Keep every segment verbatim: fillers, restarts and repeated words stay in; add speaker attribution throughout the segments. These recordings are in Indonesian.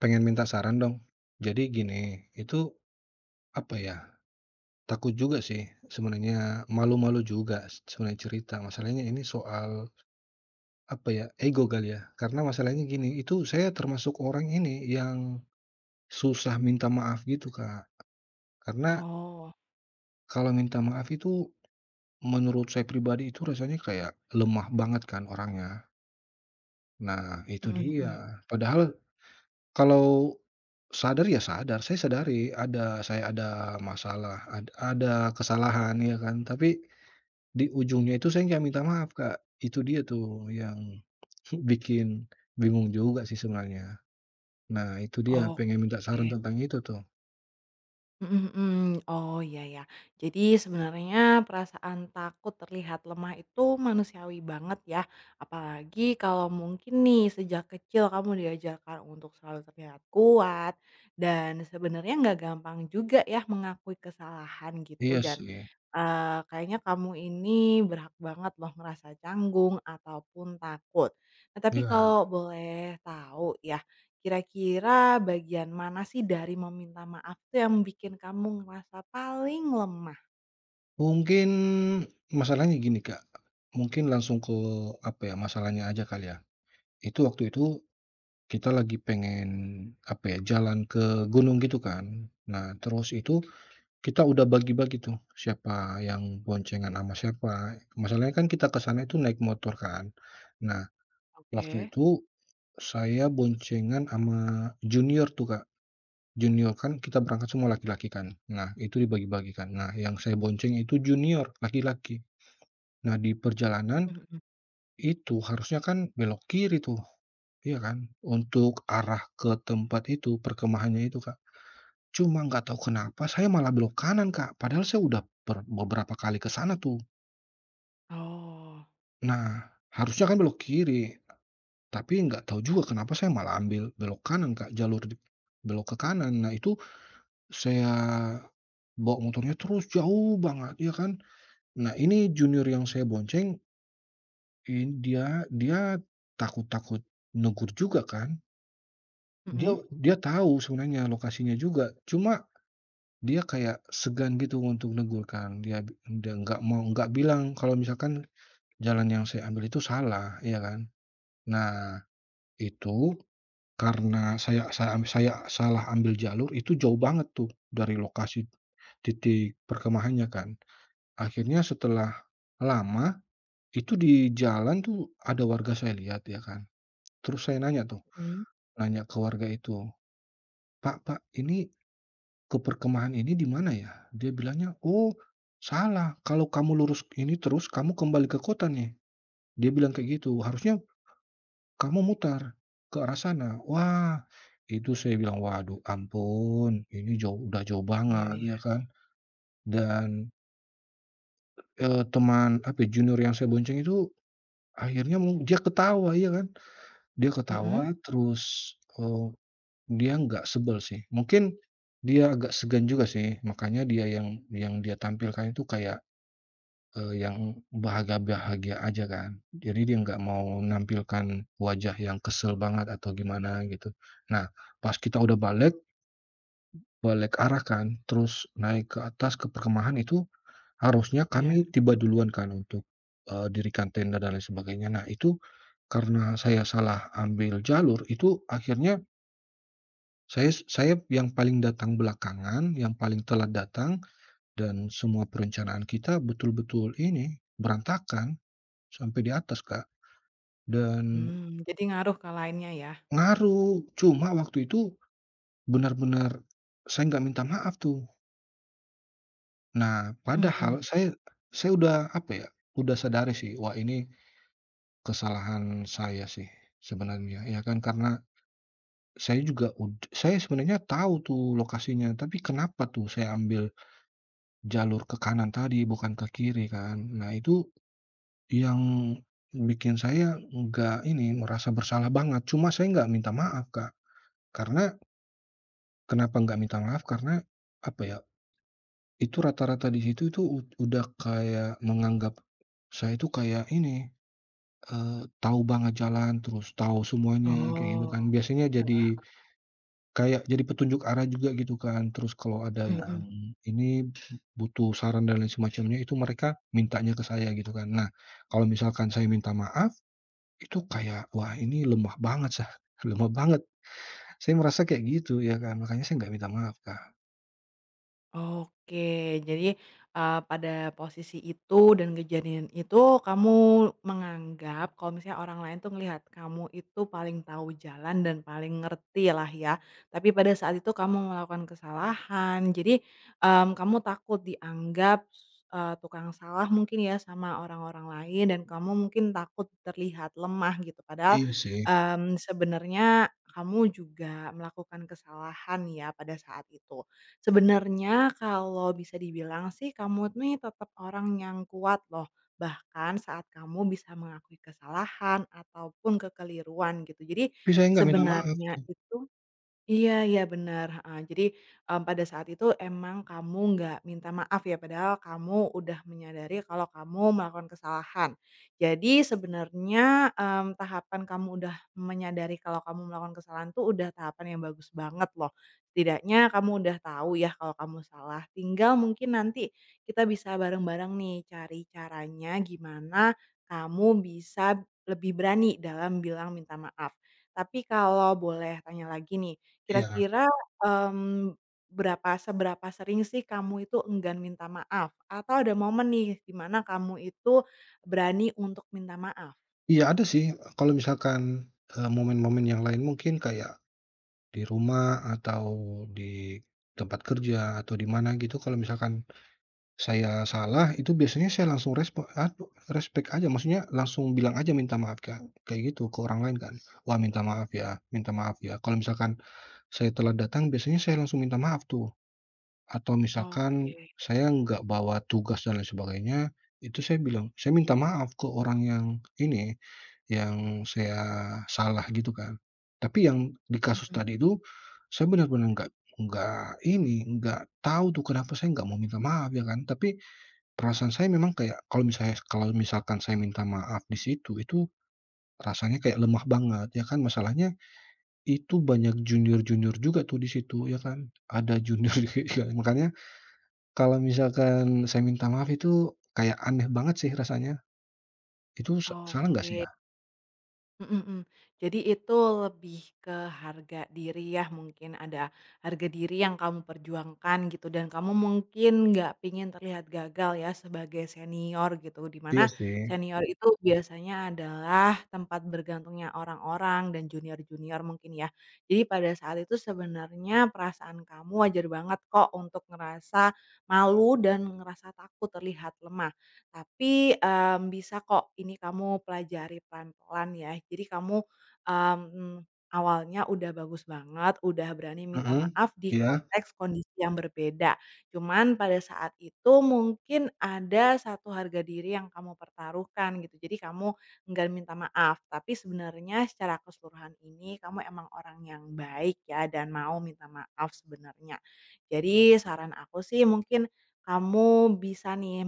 Speaker 1: Pengen minta saran dong. Jadi gini, itu apa ya, takut juga sih sebenarnya, malu-malu juga sebenarnya cerita. Masalahnya ini soal apa ya, ego kali ya. Karena masalahnya gini, itu saya termasuk orang ini yang susah minta maaf gitu, Kak. Karena
Speaker 2: Oh,
Speaker 1: kalau minta maaf itu menurut saya pribadi itu rasanya kayak lemah banget kan orangnya. Nah itu
Speaker 2: mhm mhm.
Speaker 1: dia, padahal kalau sadar ya sadar, saya sadari ada saya ada masalah, ad ada kesalahan ya kan, tapi di ujungnya itu saya nggak minta maaf, Kak. Itu dia tuh yang bikin bingung juga sih sebenarnya. Nah itu dia
Speaker 2: Oke,
Speaker 1: pengen minta saran tentang itu tuh.
Speaker 2: mhm mhm. Oh, iya ya. Jadi sebenarnya perasaan takut terlihat lemah itu manusiawi banget ya, apalagi kalau mungkin nih sejak kecil kamu diajarkan untuk selalu terlihat kuat dan sebenarnya nggak gampang juga ya mengakui kesalahan gitu
Speaker 1: Iya
Speaker 2: dan
Speaker 1: sih,
Speaker 2: eee, "Kayaknya kamu ini berhak banget loh ngerasa canggung ataupun takut." Nah, tapi
Speaker 1: iya.
Speaker 2: kalau boleh tahu ya, kira-kira bagian mana sih dari meminta maaf tuh yang bikin kamu ngerasa paling lemah?
Speaker 1: Mungkin masalahnya gini, Kak, mungkin langsung ke apa ya, masalahnya aja kali ya. Itu waktu itu kita lagi pengen apa ya, jalan ke gunung gitu kan. Nah terus itu kita udah bagi-bagi tuh, siapa yang boncengan sama siapa. Masalahnya kan kita ke sana itu naik motor kan. Nah, waktu
Speaker 2: Oke.
Speaker 1: itu saya boncengan sama junior tuh, Kak. Junior kan kita berangkat semua laki-laki kan. Nah, itu dibagi-bagikan. Nah, yang saya bonceng itu junior, laki-laki. Nah, di perjalanan
Speaker 2: Mhm mhm.
Speaker 1: itu harusnya kan belok kiri tuh, iya kan? Untuk arah ke tempat itu, perkemahannya itu, Kak. Cuma nggak tahu kenapa saya malah belok kanan, Kak, padahal saya udah ber beberapa kali ke sana tuh.
Speaker 2: Oh.
Speaker 1: Nah, harusnya kan belok kiri, tapi nggak tahu juga kenapa saya malah ambil belok kanan, Kak, jalur di belok ke kanan. Nah, itu saya bawa motornya terus jauh banget, ya kan. Nah, ini junior yang saya bonceng, ini dia dia takut-takut negur juga kan. Dia
Speaker 2: Mhm.
Speaker 1: dia tahu sebenarnya lokasinya juga, cuma dia kayak segan gitu untuk negur kan, dia bi dia nggak mau nggak bilang kalau misalkan jalan yang saya ambil itu salah, ya kan. Nah, itu karena saya saya am saya salah ambil jalur itu jauh banget tuh dari lokasi titik perkemahannya kan. Akhirnya setelah lama, itu di jalan tuh ada warga saya lihat ya kan, terus saya nanya tuh,
Speaker 2: Mhm.
Speaker 1: nanya ke warga itu, "Pak Pak, ini ke perkemahan ini di mana ya?" Dia bilangnya, "Oh, salah, kalau kamu lurus ini terus kamu kembali ke kota nih." Dia bilang kayak gitu, "Harusnya kamu mutar ke arah sana." Wah, itu saya bilang, "Waduh ampun, ini jauh udah jauh
Speaker 2: Iya
Speaker 1: banget,"
Speaker 2: iya.
Speaker 1: ya kan. Dan, eee, teman, apa ya, junior yang saya bonceng itu akhirnya mu dia ketawa, ya kan. Dia
Speaker 2: Mhm.
Speaker 1: ketawa terus, eee, dia nggak sebel sih. Mungkin dia agak segan juga sih, makanya dia yang yang dia tampilkan itu kayak Eee, yang bahagia-bahagia aja kan. Jadi dia nggak mau menampilkan wajah yang kesel banget atau gimana gitu. Nah, pas kita udah balik balik arah kan, terus naik ke atas ke perkemahan itu harusnya
Speaker 2: Iya.
Speaker 1: kami tiba duluan kan untuk, eee, dirikan tenda dan lain sebagainya. Nah itu karena saya salah ambil jalur itu akhirnya saya saya yang paling datang belakangan, yang paling telat datang dan semua perencanaan kita betul-betul ini berantakan. Sampai di atas, Kak, dan
Speaker 2: Mmm, jadi ngaruh ke lainnya ya?
Speaker 1: ngaruh. Cuma waktu itu benar-benar saya nggak minta maaf tuh. Nah,
Speaker 2: Mhm mhm.
Speaker 1: padahal saya saya udah, apa ya, udah sadari sih, wah ini kesalahan saya sih sebenarnya, ya kan. Karena saya juga ud saya sebenarnya tahu tuh lokasinya, tapi kenapa tuh saya ambil jalur ke kanan tadi bukan ke kiri kan. Nah, itu yang bikin saya nggak ini, merasa bersalah banget. Cuma saya nggak minta maaf, Kak, karena kenapa nggak minta maaf? Karena, apa ya, itu rata-rata di situ itu ud udah kayak menganggap saya itu kayak ini, eee, tahu banget jalan, terus tahu semuanya kayak gitu kan.
Speaker 2: Oh.
Speaker 1: Biasanya jadi kayak jadi petunjuk arah juga gitu kan. Terus kalau ada
Speaker 2: Mhm
Speaker 1: yang
Speaker 2: mhm.
Speaker 1: ini butuh saran dan lain semacamnya, itu mereka mintanya ke saya gitu kan. Nah, kalau misalkan saya minta maaf, itu kayak, wah ini lemah banget sah, lemah banget. Saya merasa kayak gitu ya kan, makanya saya nggak minta maaf, Kak.
Speaker 2: Oke, jadi, eee, pada posisi itu dan kejadian itu kamu menganggap kalau misalnya orang lain tuh ngelihat kamu itu paling tahu jalan dan paling ngerti lah ya. Tapi pada saat itu kamu melakukan kesalahan, jadi, mmm, kamu takut dianggap, eee, tukang salah mungkin ya sama orang-orang lain dan kamu mungkin takut terlihat lemah gitu. Padahal,
Speaker 1: Iya sih.
Speaker 2: mmm, sebenarnya kamu juga melakukan kesalahan ya pada saat itu. Sebenarnya kalau bisa dibilang sih kamu nih tetap orang yang kuat loh, bahkan saat kamu bisa mengakui kesalahan ataupun kekeliruan gitu. Jadi
Speaker 1: Tapi saya nggak minta maaf
Speaker 2: sebenarnya
Speaker 1: tuh.
Speaker 2: itu iya iya, benar. Heeh. Jadi, mmm, pada saat itu emang kamu nggak minta maaf ya, padahal kamu udah menyadari kalau kamu melakukan kesalahan. Jadi sebenarnya, mmm, tahapan kamu udah menyadari kalau kamu melakukan kesalahan tuh udah tahapan yang bagus banget loh. Setidaknya kamu udah tahu ya kalau kamu salah, tinggal mungkin nanti kita bisa bareng-bareng nih cari caranya gimana kamu bisa lebih berani dalam bilang minta maaf. Tapi kalau boleh tanya lagi nih,
Speaker 1: Iya.
Speaker 2: kira-kira, mmm, berapa seberapa sering sih kamu itu enggan minta maaf? Atau ada momen nih di mana kamu itu berani untuk minta maaf?
Speaker 1: Iya ada sih, kalau misalkan, eee, momen-momen yang lain mungkin kayak di rumah atau di tempat kerja atau di mana gitu kalau misalkan saya salah itu biasanya saya langsung respo aduh respek aja maksudnya langsung bilang aja minta maaf Kak, kayak gitu ke orang lain kan, "Wah minta maaf ya minta maaf ya." Kalau misalkan saya telat datang biasanya saya langsung minta maaf tuh. Atau misalkan
Speaker 2: Oke.
Speaker 1: saya nggak bawa tugas dan lain sebagainya, itu saya bilang saya minta maaf ke orang yang ini, yang saya salah gitu kan. Tapi yang di kasus
Speaker 2: Mhm.
Speaker 1: tadi itu, saya benar-benar nggak nggak ini, nggak tahu tuh kenapa saya nggak mau minta maaf ya kan. Tapi perasaan saya memang kayak kalau misalnya kalau misalkan saya minta maaf di situ, itu rasanya kayak lemah banget ya kan. Masalahnya itu banyak junior-junior juga tuh di situ ya kan, ada junior juga ya. Makanya kalau misalkan saya minta maaf itu kayak aneh banget sih rasanya. Itu sa
Speaker 2: Oh.
Speaker 1: salah nggak sih, ya?
Speaker 2: Mhm mhm. Jadi itu lebih ke harga diri ya mungkin ada harga diri yang kamu perjuangkan gitu dan kamu mungkin nggak pingin terlihat gagal ya sebagai senior gitu, di
Speaker 1: Iya
Speaker 2: mana
Speaker 1: sih.
Speaker 2: senior itu biasanya adalah tempat bergantungnya orang-orang dan junior-junior mungkin ya. Jadi pada saat itu sebenarnya perasaan kamu wajar banget kok untuk ngerasa malu dan ngerasa takut terlihat lemah. Tapi, mmm, bisa kok ini kamu pelajari pelan-pelan ya. Jadi kamu, mmm, awalnya udah bagus banget, udah berani minta
Speaker 1: Mhm,
Speaker 2: maaf di
Speaker 1: iya.
Speaker 2: konteks kondisi yang berbeda. Cuman pada saat itu mungkin ada satu harga diri yang kamu pertaruhkan gitu. Jadi kamu enggan minta maaf, tapi sebenarnya secara keseluruhan ini kamu emang orang yang baik ya dan mau minta maaf sebenarnya. Jadi saran aku sih mungkin kamu bisa nih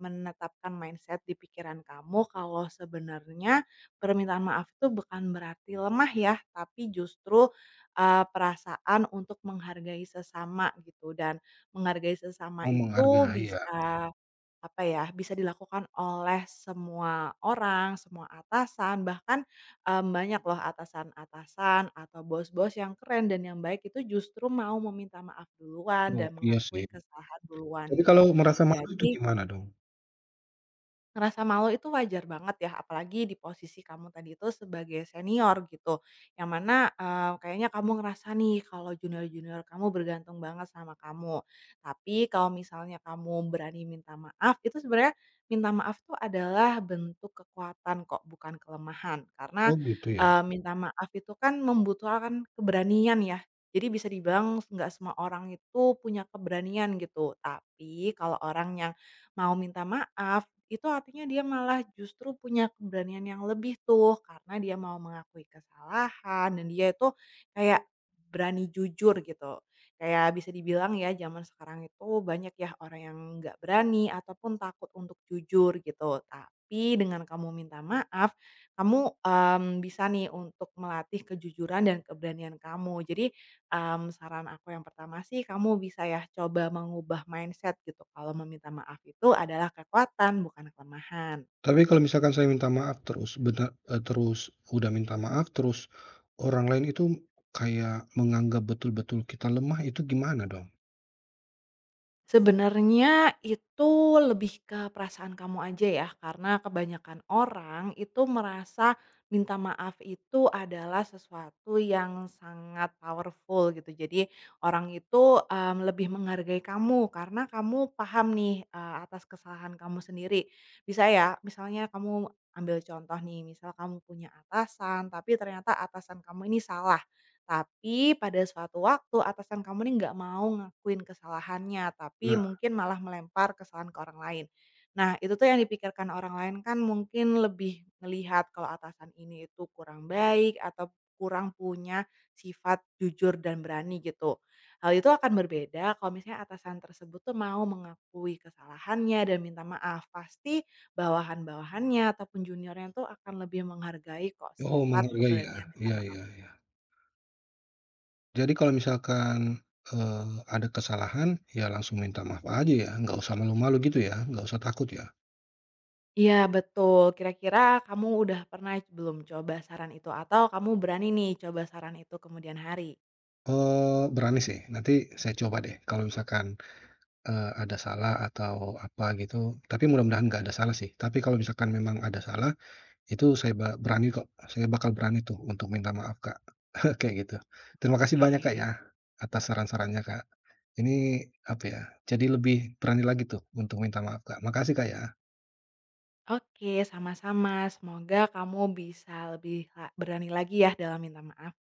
Speaker 2: menetapkan mindset di pikiran kamu kalau sebenarnya permintaan maaf itu bukan berarti lemah ya, tapi justru, eee, perasaan untuk menghargai sesama gitu dan menghargai sesama
Speaker 1: Oh,
Speaker 2: itu
Speaker 1: menghargai ya.
Speaker 2: bisa, apa ya, bisa dilakukan oleh semua orang, semua atasan, bahkan, mmm, banyak loh atasan-atasan atau bos-bos yang keren dan yang baik itu justru mau meminta maaf duluan dan
Speaker 1: Oh, iya sih.
Speaker 2: mengakui kesalahan duluan
Speaker 1: Tapi
Speaker 2: gitu.
Speaker 1: kalau merasa malu itu
Speaker 2: Jadi
Speaker 1: gimana dong?
Speaker 2: ngerasa malu itu wajar banget ya, apalagi di posisi kamu tadi itu sebagai senior gitu, yang mana, eee, kayaknya kamu ngerasa nih kalau junior-junior kamu bergantung banget sama kamu. Tapi kalau misalnya kamu berani minta maaf, itu sebenarnya minta maaf tuh adalah bentuk kekuatan kok, bukan kelemahan. Karena,
Speaker 1: Oh, gitu ya.
Speaker 2: eee, minta maaf itu kan membutuhkan keberanian ya, jadi bisa dibilang nggak semua orang itu punya keberanian gitu. Tapi kalau orang yang mau minta maaf, itu artinya dia malah justru punya keberanian yang lebih tuh, karena dia mau mengakui kesalahan dan dia itu kayak berani jujur gitu. Kayak bisa dibilang ya zaman sekarang itu banyak ya orang yang nggak berani ataupun takut untuk jujur gitu. Tapi dengan kamu minta maaf, kamu, mmm, bisa nih untuk melatih kejujuran dan keberanian kamu. Jadi Mmm, saran aku yang pertama sih kamu bisa ya coba mengubah mindset gitu kalau meminta maaf itu adalah kekuatan bukan kelemahan.
Speaker 1: Tapi kalau misalkan saya minta maaf terus bena eee, terus udah minta maaf, terus orang lain itu kayak menganggap betul-betul kita lemah, itu gimana dong?
Speaker 2: Sebenarnya itu lebih ke perasaan kamu aja ya, karena kebanyakan orang itu merasa minta maaf itu adalah sesuatu yang sangat powerful gitu. Jadi orang itu, mmm, lebih menghargai kamu karena kamu paham nih, eee, atas kesalahan kamu sendiri. Bisa ya, misalnya kamu ambil contoh nih, misal kamu punya atasan, tapi ternyata atasan kamu ini salah. Tapi pada suatu waktu atasan kamu nih nggak mau ngakuin kesalahannya, tapi
Speaker 1: Nah
Speaker 2: mungkin malah melempar kesalahan ke orang lain. Nah, itu tuh yang dipikirkan orang lain kan mungkin lebih melihat kalau atasan ini itu kurang baik atau kurang punya sifat jujur dan berani gitu. Hal itu akan berbeda kalau misalnya atasan tersebut tuh mau mengakui kesalahannya dan minta maaf. Pasti bawahan-bawahannya ataupun juniornya tuh akan lebih menghargai kok
Speaker 1: oh,
Speaker 2: sifat
Speaker 1: menghargai ya?
Speaker 2: keberanian minta
Speaker 1: Iya,
Speaker 2: maaf
Speaker 1: iya.
Speaker 2: itu.
Speaker 1: Jadi kalau misalkan, eee, ada kesalahan, ya langsung minta maaf aja ya, nggak usah malu-malu gitu ya, nggak usah takut ya?
Speaker 2: Iya betul, kira-kira kamu udah pernah belum coba saran itu? Atau kamu berani nih coba saran itu kemudian hari?
Speaker 1: Eee, berani sih, nanti saya coba deh kalau misalkan, eee, ada salah atau apa gitu, tapi mudah-mudahan nggak ada salah sih. Tapi kalau misalkan memang ada salah, itu saya ba berani kok, saya bakal berani tuh untuk minta maaf, Kak, kayak gitu. Terima kasih banyak, Kak,
Speaker 2: Oke.
Speaker 1: ya, atas saran-sarannya, Kak. Ini, apa ya, jadi lebih berani lagi tuh untuk minta maaf, Kak. Makasih, Kak, ya.
Speaker 2: Oke, sama-sama. Semoga kamu bisa lebih la berani lagi ya dalam minta maaf.